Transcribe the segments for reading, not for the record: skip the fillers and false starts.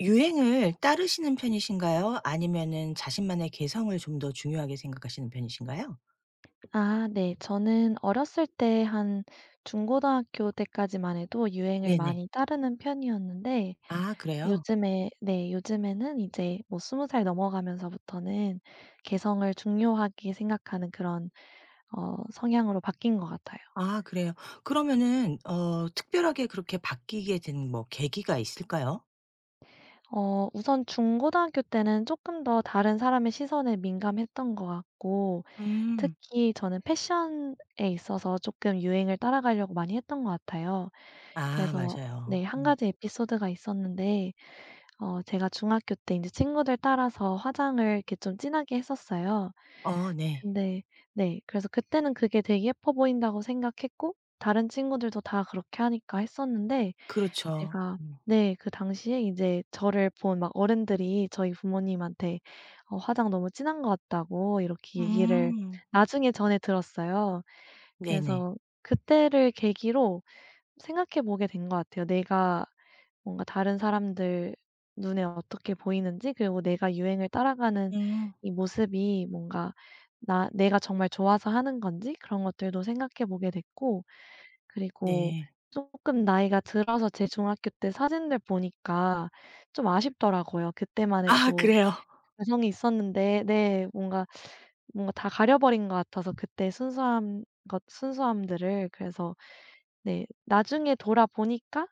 유행을 따르시는 편이신가요? 아니면은 자신만의 개성을 좀 더 중요하게 생각하시는 편이신가요? 아 네. 저는 어렸을 때 한 중고등학교 때까지만 해도 유행을 네네. 많이 따르는 편이었는데 아 그래요? 요즘에 네, 요즘에는 이제 뭐 20살 넘어가면서부터는 개성을 중요하게 생각하는 그런 성향으로 바뀐 것 같아요. 아 그래요. 그러면은 특별하게 그렇게 바뀌게 된 뭐 계기가 있을까요? 우선 중고등학교 때는 조금 더 다른 사람의 시선에 민감했던 것 같고 음. 특히 저는 패션에 있어서 조금 유행을 따라가려고 많이 했던 것 같아요. 아 그래서 네, 맞아요. 한 음. 가지 에피소드가 있었는데 제가 중학교 때 이제 친구들 따라서 화장을 이렇게 좀 진하게 했었어요. 어 네. 근데 네, 그래서 그때는 그게 되게 예뻐 보인다고 생각했고 다른 친구들도 다 그렇게 하니까 했었는데 그렇죠. 제가 음. 네, 그 당시에 이제 저를 본 막 어른들이 저희 부모님한테 "화장 너무 진한 것 같다."고 이렇게 얘기를 음. 나중에 전해 들었어요. 네네. 그래서 그때를 계기로 생각해 보게 된 것 같아요. 내가 뭔가 다른 사람들 눈에 어떻게 보이는지, 그리고 내가 유행을 따라가는 음. 이 모습이 뭔가 나 내가 정말 좋아서 하는 건지 그런 것들도 생각해 보게 됐고, 그리고 네. 조금 나이가 들어서 제 중학교 때 사진들 보니까 좀 아쉽더라고요. 그때만의 아 또 그래요? 개성이 있었는데 네, 뭔가 다 가려버린 것 같아서 그때 순수함들을, 그래서 네, 나중에 돌아보니까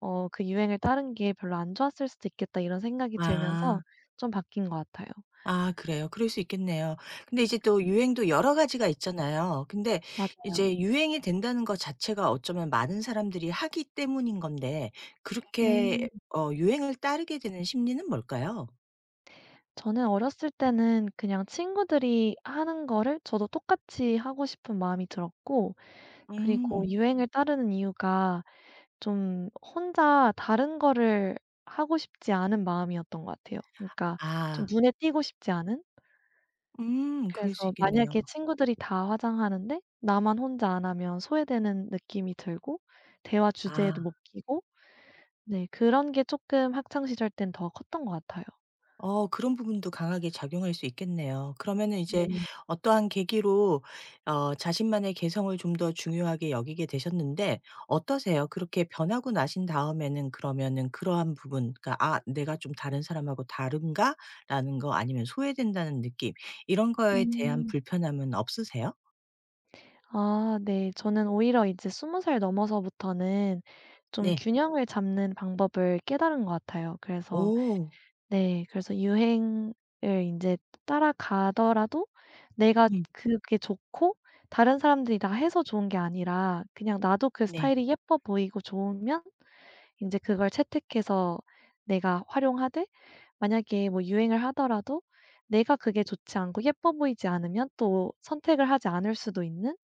'그 유행을 따른 게 별로 안 좋았을 수도 있겠다.' 이런 생각이 들면서 아. 좀 바뀐 것 같아요. 아 그래요. 그럴 수 있겠네요. 근데 이제 또 유행도 여러 가지가 있잖아요. 근데 맞아요. 이제 유행이 된다는 것 자체가 어쩌면 많은 사람들이 하기 때문인 건데 음. 그렇게 유행을 따르게 되는 심리는 뭘까요? 저는 어렸을 때는 그냥 친구들이 하는 거를 저도 똑같이 하고 싶은 마음이 들었고, 그리고 음. 유행을 따르는 이유가 좀 혼자 다른 거를 하고 싶지 않은 마음이었던 것 같아요. 그러니까 좀 아. 눈에 띄고 싶지 않은? 그럴 수 그래서 있겠네요. 만약에 친구들이 다 화장하는데 나만 혼자 안 하면 소외되는 느낌이 들고 대화 주제에도 아. 못 끼고, 네, 그런 게 쪼끔 학창 시절 땐 더 컸던 것 같아요. 어 그런 부분도 강하게 작용할 수 있겠네요. 그러면은 이제 네. 어떠한 계기로 자신만의 개성을 좀 더 중요하게 여기게 되셨는데 어떠세요? 그렇게 변하고 나신 다음에는 그러면은 그러한 부분 그러니까 '아 내가 좀 다른 사람하고 다른가?'라는 거 아니면 소외된다는 느낌 이런 거에 대한 음. 불편함은 없으세요? 아 네. 저는 오히려 이제 20살 넘어서부터는 좀 네. 균형을 잡는 방법을 깨달은 것 같아요. 그래서 오. 네, 그래서 유행을 인제 따라가더라도 내가 음. 그게 좋고, 다른 사람들이 다 해서 좋은 게 아니라 그냥 나도 그 네. 스타일이 예뻐 보이고 좋으면 인제 그걸 채택해서 내가 활용하되, 만약에 뭐 유행을 하더라도 내가 그게 좋지 않고 예뻐 보이지 않으면 또 선택을 하지 않을 수도 있는,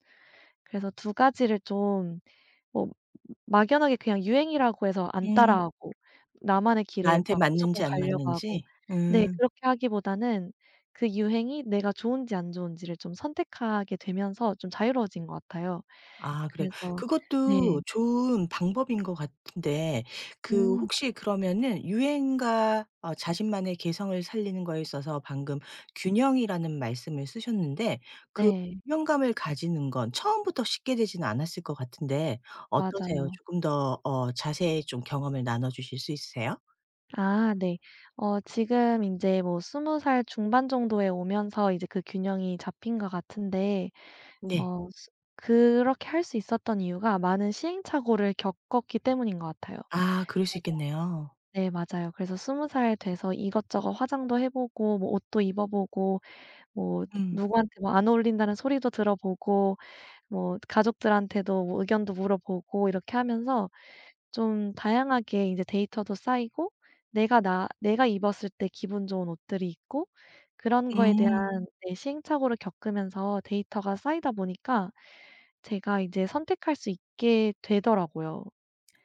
그래서 두 가지를 좀, 뭐 막연하게 그냥 유행이라고 해서 안 음. 따라하고 나만의 길을 나한테 막 무조건 맞는지 안 가려고 하고, 맞는지? 네, 음. 그렇게 하기보다는 그 유행이 내가 좋은지 안 좋은지를 좀 선택하게 되면서 좀 자유로워진 것 같아요. 아 그래요. 그래서 네. 그것도 좋은 방법인 것 같은데 그 음 혹시 그러면은 유행과 자신만의 개성을 살리는 거에 있어서 방금 균형이라는 말씀을 쓰셨는데 그 네. 균형감을 가지는 건 처음부터 쉽게 되지는 않았을 것 같은데 어떠세요? 맞아요. 조금 더 자세히 좀 경험을 나눠 주실 수 있으세요? 아 네. 지금 인제 뭐 스무 살 중반 정도에 오면서 이제 그 균형이 잡힌 것 같은데 네. 어 스 그렇게 할 수 있었던 이유가 많은 시행착오를 겪었기 때문인 것 같아요. 아 그럴 수 있겠네요. 네 맞아요. 그래서 20살 돼서 이것저것 화장도 해 보고 뭐 옷도 입어 보고 뭐 음. 누구한테 뭐 안 어울린다는 소리도 들어보고 뭐 가족들한테도 뭐 의견도 물어보고 이렇게 하면서 좀 다양하게 이제 데이터도 쌓이고 내가 입었을 때 기분 좋은 옷들이 있고 그런 거에 대한, 음. 네, 시행착오를 겪으면서 데이터가 쌓이다 보니까 제가 이제 선택할 수 있게 되더라고요,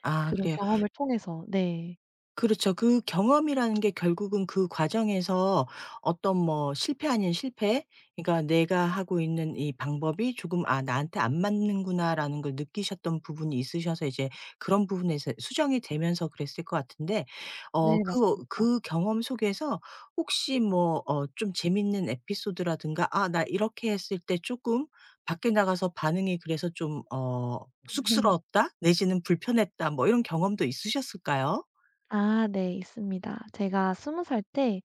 아 그런 그래요. 경험을 통해서. 네. 그렇죠. 그 경험이라는 게 결국은 그 과정에서 어떤 뭐 실패 아닌 실패 그러니까 내가 하고 있는 이 방법이 조금 '아 나한테 안 맞는구나.'라는 걸 느끼셨던 부분이 있으셔서 이제 그런 부분에서 수정이 되면서 그랬을 것 같은데 어 네 그 맞습니다. 그 경험 속에서 혹시 뭐 좀 재밌는 에피소드라든가 '아 나 이렇게 했을 때 조금 밖에 나가서 반응이 그래서 좀 어 쑥스러웠다.' 내지는 '불편했다.' 뭐 이런 경험도 있으셨을까요? 아 네, 있습니다. 제가 스무 살 때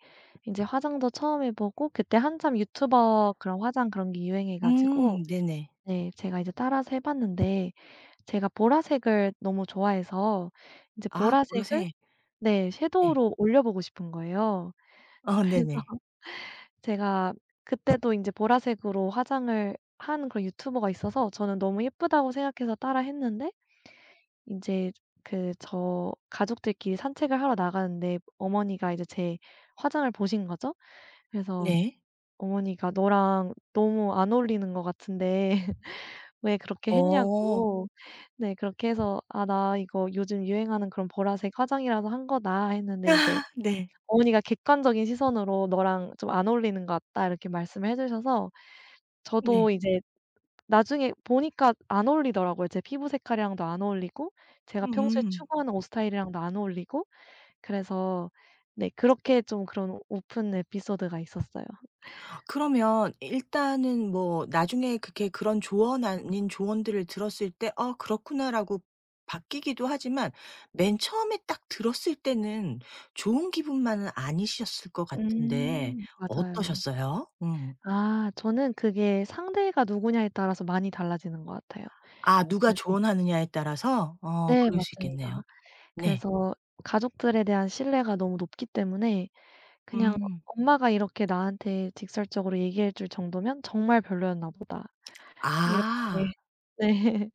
이제 화장도 처음 해 보고 그때 한참 유튜버, 그런 화장 그런 게 유행해 가지고 네네. 네, 제가 이제 따라서 해 봤는데 제가 보라색을 너무 좋아해서 이제 아 보라색을, 보라색. 네, 네. 섀도우로 올려 보고 싶은 거예요. 어 네네. 제가 그때도 이제 보라색으로 화장을 한 그런 유튜버가 있어서 저는 너무 예쁘다고 생각해서 따라 했는데 인제 가족들끼리 산책을 하러 나가는데 어머니가 이제 제 화장을 보신 거죠. 그래서 네. 어머니가 "너랑 너무 안 어울리는 것 같은데 왜 그렇게 어. 했냐."고, 네, 그렇게 해서 "아 나 이거 요즘 유행하는 그런 보라색 화장이라서 한 거다." 했는데 이제 네. 어머니가 객관적인 시선으로 "너랑 좀 안 어울리는 것 같다." 이렇게 말씀을 해 주셔서 네. 저도 이제 나중에 보니까 안 어울리더라고요. 제 피부 색깔이랑도 안 어울리고 제가 평소에 음. 추구하는 옷 스타일이랑도 안 어울리고, 그래서 네, 그렇게 좀 그런 오픈 에피소드가 있었어요. 아, 그러면 일단은 뭐 나중에 그렇게 그런 조언 아닌 조언들을 들었을 때 '아 그렇구나.'라고 바뀌기도 하지만 맨 처음에 딱 들었을 때는 좋은 기분만은 아니셨을 것 같은데 맞아요. 어떠셨어요? 음. 아, 저는 그게 상대가 누구냐에 따라서 많이 달라지는 것 같아요. 아 누가 그래서 조언하느냐에 따라서? 어 네 그럴 수 맞습니다. 있겠네요. 네. 그래서 가족들에 대한 신뢰가 너무 높기 때문에 그냥 음. '엄마가 이렇게 나한테 직설적으로 얘기해 줄 정도면 정말 별로였나 보다.' 이렇게, 아. 네.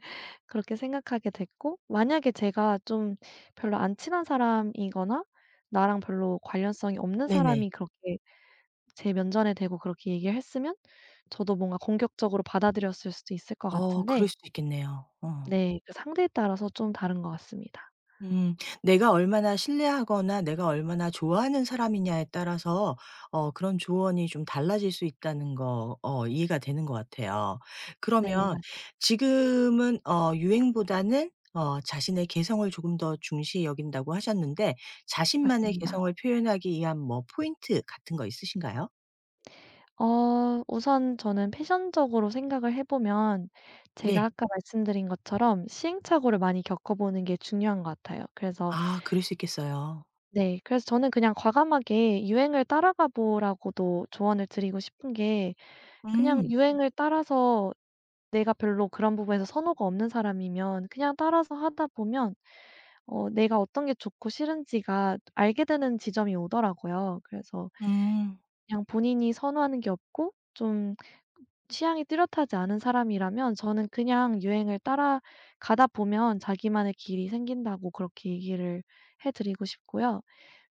그렇게 생각하게 됐고, 만약에 제가 좀 별로 안 친한 사람이거나 나랑 별로 관련성이 없는 네네. 사람이 그렇게 제 면전에 대고 그렇게 얘기를 했으면 저도 뭔가 공격적으로 받아들였을 수도 있을 것 어 같은데, 그럴 수도 있겠네요. 어. 네, 그 상대에 따라서 좀 다른 것 같습니다. 음. 내가 얼마나 신뢰하거나 내가 얼마나 좋아하는 사람이냐에 따라서 그런 조언이 좀 달라질 수 있다는 거 이해가 되는 것 같아요. 네 맞아요. 그러면 지금은 유행보다는 자신의 개성을 조금 더 중시 여긴다고 하셨는데 자신만의 맞습니다. 개성을 표현하기 위한 뭐 포인트 같은 거 있으신가요? 우선 저는 패션적으로 생각을 해 보면 네. 제가 아까 말씀드린 것처럼 시행착오를 많이 겪어 보는 게 중요한 것 같아요. 그래서 아 그럴 수 있겠어요. 네. 그래서 저는 그냥 과감하게 유행을 따라가 보라고도 조언을 드리고 싶은 게, 그냥 음. 유행을 따라서 내가 별로 그런 부분에서 선호가 없는 사람이면 그냥 따라서 하다 보면 내가 어떤 게 좋고 싫은지가 알게 되는 지점이 오더라고요. 그래서 음. 그냥 본인이 선호하는 게 없고 좀 취향이 뚜렷하지 않은 사람이라면 저는 그냥 유행을 따라가다 보면 자기만의 길이 생긴다고 그렇게 얘기를 해 드리고 싶고요.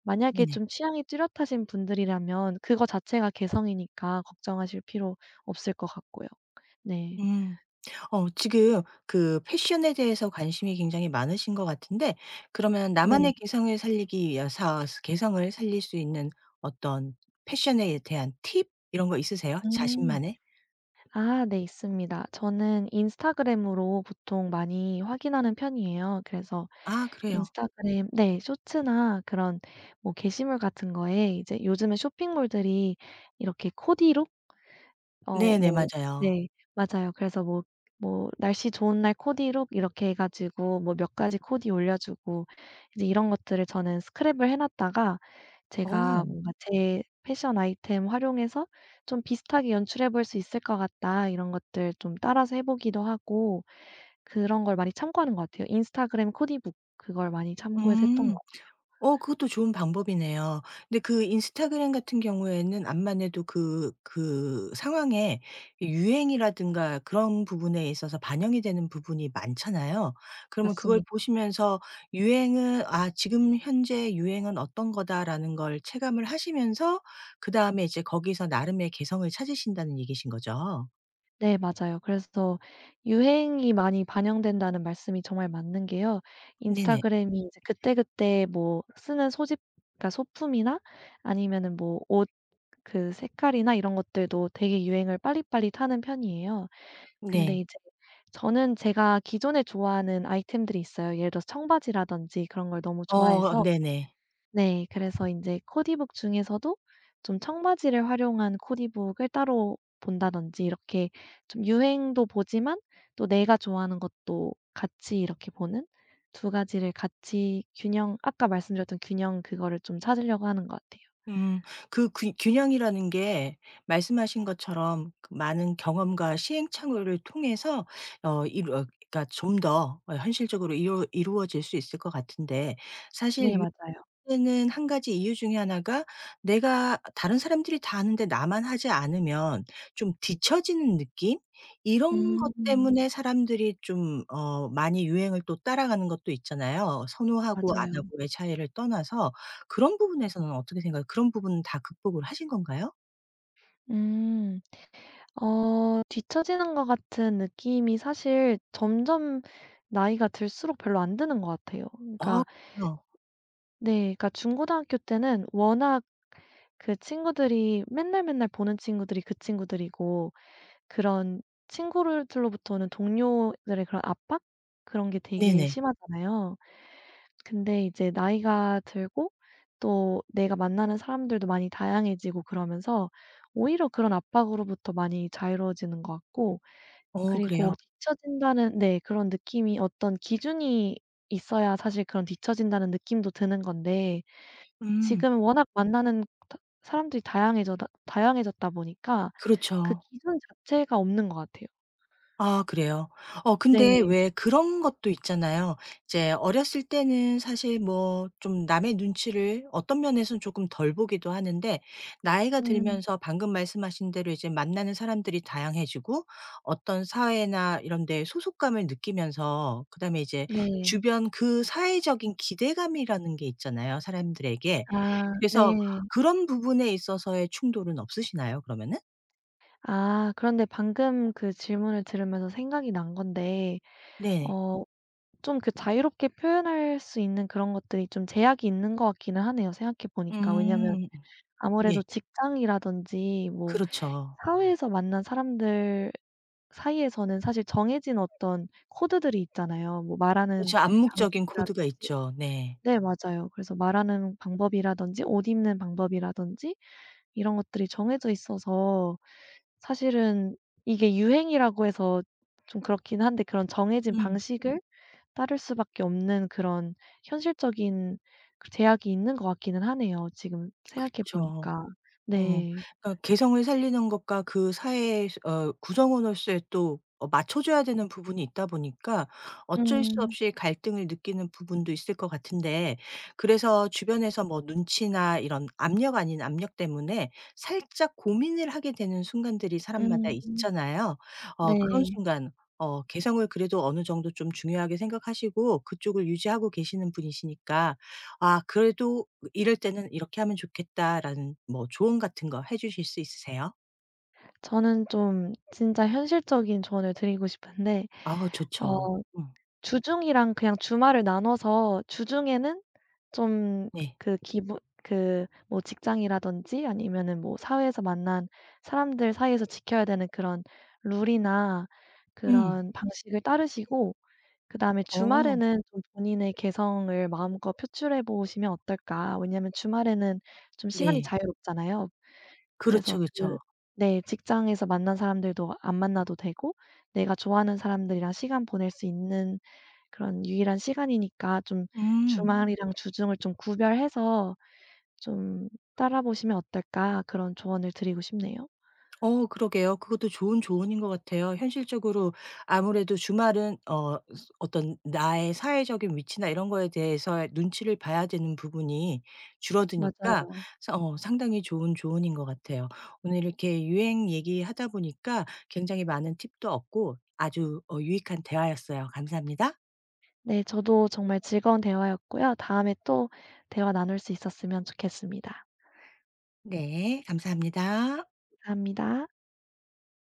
만약에 네네. 좀 취향이 뚜렷하신 분들이라면 그거 자체가 개성이니까 걱정하실 필요 없을 것 같고요. 네. 음. 어 지금 그 패션에 대해서 관심이 굉장히 많으신 것 같은데 그러면 네. 나만의 개성을 살리기 위해서 개성을 살릴 수 있는 어떤 패션에 대한 팁 이런 거 있으세요? 음. 자신만의? 아 네 있습니다. 저는 인스타그램으로 보통 많이 확인하는 편이에요. 그래서 아 그래요. 인스타그램, 네, 쇼츠나 그런 뭐 게시물 같은 거에 이제 요즘에 쇼핑몰들이 이렇게 코디로 네네. 뭐, 맞아요. 네. 맞아요. 그래서 뭐 날씨 좋은 날 코디룩 이렇게 해 가지고 뭐 몇 가지 코디 올려주고, 이제 이런 것들을 저는 스크랩을 해 놨다가 제가 어. 뭔가 제 패션 아이템 활용해서 좀 비슷하게 연출해 볼 수 있을 것 같다 이런 것들 좀 따라서 해 보기도 하고, 그런 걸 많이 참고하는 것 같아요. 인스타그램 코디북, 그걸 많이 참고해서 했던 음. 것 어 그것도 좋은 방법이네요. 근데 그 인스타그램 같은 경우에는 암만 해도 그 상황에 유행이라든가 그런 부분에 있어서 반영이 되는 부분이 많잖아요. 그러면 그걸 같습니다. 보시면서 유행은 '아 지금 현재 유행은 어떤 거다.'라는 걸 체감을 하시면서 그다음에 이제 거기서 나름의 개성을 찾으신다는 얘기신 거죠? 네 맞아요. 그래서 유행이 많이 반영된다는 말씀이 정말 맞는 게요. 네네. 인스타그램이 이제 그때그때 뭐 쓰는 소집 그러니까 소품이나 아니면은 뭐 옷 그 색깔이나 이런 것들도 되게 유행을 빨리빨리 타는 편이에요. 근데 네. 이제 저는 제가 기존에 좋아하는 아이템들이 있어요. 예를 들어서 청바지라든지, 그런 걸 너무 어 좋아해서 네네. 네. 그래서 이제 코디북 중에서도 좀 청바지를 활용한 코디북을 따로 본다든지 이렇게 좀 유행도 보지만 또 내가 좋아하는 것도 같이 이렇게 보는, 두 가지를 같이 균형, 아까 말씀드렸던 균형 그거를 좀 찾으려고 하는 것 같아요. 음. 그 균 균형이라는 게 말씀하신 것처럼 그 많은 경험과 시행착오를 통해서 어 이루 어 그러니까 좀 더 현실적으로 이루어질 수 있을 것 같은데 네 사실 맞아요. 때는 한 가지 이유 중에 하나가 내가 다른 사람들이 다 하는데 나만 하지 않으면 좀 뒤처지는 느낌? 이런 것 음. 때문에 사람들이 좀 많이 유행을 또 따라가는 것도 있잖아요. 선호하고 안 맞아요. 하고의 차이를 떠나서 그런 부분에서는 어떻게 생각요 그런 부분은 다 극복을 하신 건가요? 음. 뒤처지는 것 같은 느낌이 사실 점점 나이가 들수록 별로 안 드는 것 같아요. 아 그러니까 그래요? 네, 그러니까 중고등학교 때는 워낙 그 친구들이 맨날 맨날 보는 친구들이 그 친구들이고, 그런 친구들로부터는 동료들의 그런 압박? 그런 게 되게 네네. 심하잖아요. 근데 이제 나이가 들고 또 내가 만나는 사람들도 많이 다양해지고 그러면서 오히려 그런 압박으로부터 많이 자유로워지는 것 같고, 어 그리고 그래요. 뒤처진다는, 네, 그런 느낌이 어떤 기준이 있어야 사실 그런 뒤처진다는 느낌도 드는 건데 음. 지금 워낙 만나는 다 사람들이 다양해져다 다양해졌다 보니까 그 그렇죠. 기준 자체가 없는 것 같아요. 아 그래요? 어 근데 네. 왜 그런 것도 있잖아요. 이제 어렸을 때는 사실 뭐 좀 남의 눈치를 어떤 면에서는 조금 덜 보기도 하는데 나이가 음 들면서 방금 말씀하신 대로 이제 만나는 사람들이 다양해지고 어떤 사회나 이런 데 소속감을 느끼면서 그다음에 이제 네. 주변 그 사회적인 기대감이라는 게 있잖아요, 사람들에게. 아 그래서 네. 그런 부분에 있어서의 충돌은 없으시나요, 그러면은? 아, 그런데 방금 그 질문을 들으면서 생각이 난 건데 네. 어 좀 그 자유롭게 표현할 수 있는 그런 것들이 좀 제약이 있는 것 같기는 하네요, 생각해 보니까. 왜냐면 음. 네. 아무래도 직장이라든지 뭐 그렇죠. 사회에서 만난 사람들의 사이에서는 사실 정해진 어떤 코드들이 있잖아요. 뭐 말하는 그죠. 암묵적인 코드가 방식이라든지, 있죠. 네. 네 맞아요. 그래서 말하는 방법이라든지 옷 입는 방법이라든지 이런 것들이 정해져 있어서 사실은 이게 유행이라고 해서 좀 그렇긴 한데 그런 정해진 음. 방식을 따를 수밖에 없는 그런 현실적인 그 제약이 있는 것 같기는 하네요, 지금 생각해 그쵸. 보니까. 어. 네. 그러니까 개성을 살리는 것과 그 사회의 구성원으로서의 또 맞춰 줘야 되는 부분이 있다 보니까 어쩔 수 음. 없이 갈등을 느끼는 부분도 있을 것 같은데 그래서 주변에서 뭐 눈치나 이런 압력 아닌 압력 때문에 살짝 고민을 하게 되는 순간들이 사람마다 음. 있잖아요. 어 그런 네. 순간 어 개성을 그래도 어느 정도 좀 중요하게 생각하시고 그쪽을 유지하고 계시는 분이시니까 아 그래도 "이럴 때는 이렇게 하면 좋겠다."라는 뭐 조언 같은 거 해 주실 수 있으세요? 저는 좀 진짜 현실적인 조언을 드리고 싶은데 아 어 좋죠. 음. 주중이랑 그냥 주말을 나눠서 주중에는 좀 네. 그 기분, 그 뭐 직장이라든지 아니면은 뭐 사회에서 만난 사람들 사이에서 지켜야 되는 그런 룰이나 음. 그런 방식을 따르시고, 그다음에 어. 주말에는 좀 본인의 개성을 마음껏 표출해 보시면 어떨까? 왜냐하면 주말에는 좀 시간이 네. 자유롭잖아요. 그래서 그렇죠, 그렇죠. 네, 직장에서 만난 사람들도 안 만나도 되고 내가 좋아하는 사람들이랑 시간 보낼 수 있는 그런 유일한 시간이니까 좀 음. 주말이랑 주중을 좀 구별해서 좀 따라 보시면 어떨까, 그런 조언을 드리고 싶네요. 어 그러게요. 그것도 좋은 조언인 것 같아요. 현실적으로 아무래도 주말은 어떤 나의 사회적인 위치나 이런 거에 대해서 눈치를 봐야 되는 부분이 줄어드니까 맞아요. 사 어 상당히 좋은 조언인 것 같아요. 오늘 이렇게 유행 얘기하다 보니까 굉장히 많은 팁도 얻고 아주 유익한 대화였어요. 감사합니다. 네 저도 정말 즐거운 대화였고요. 다음에 또 대화 나눌 수 있었으면 좋겠습니다. 네 감사합니다. 감사합니다.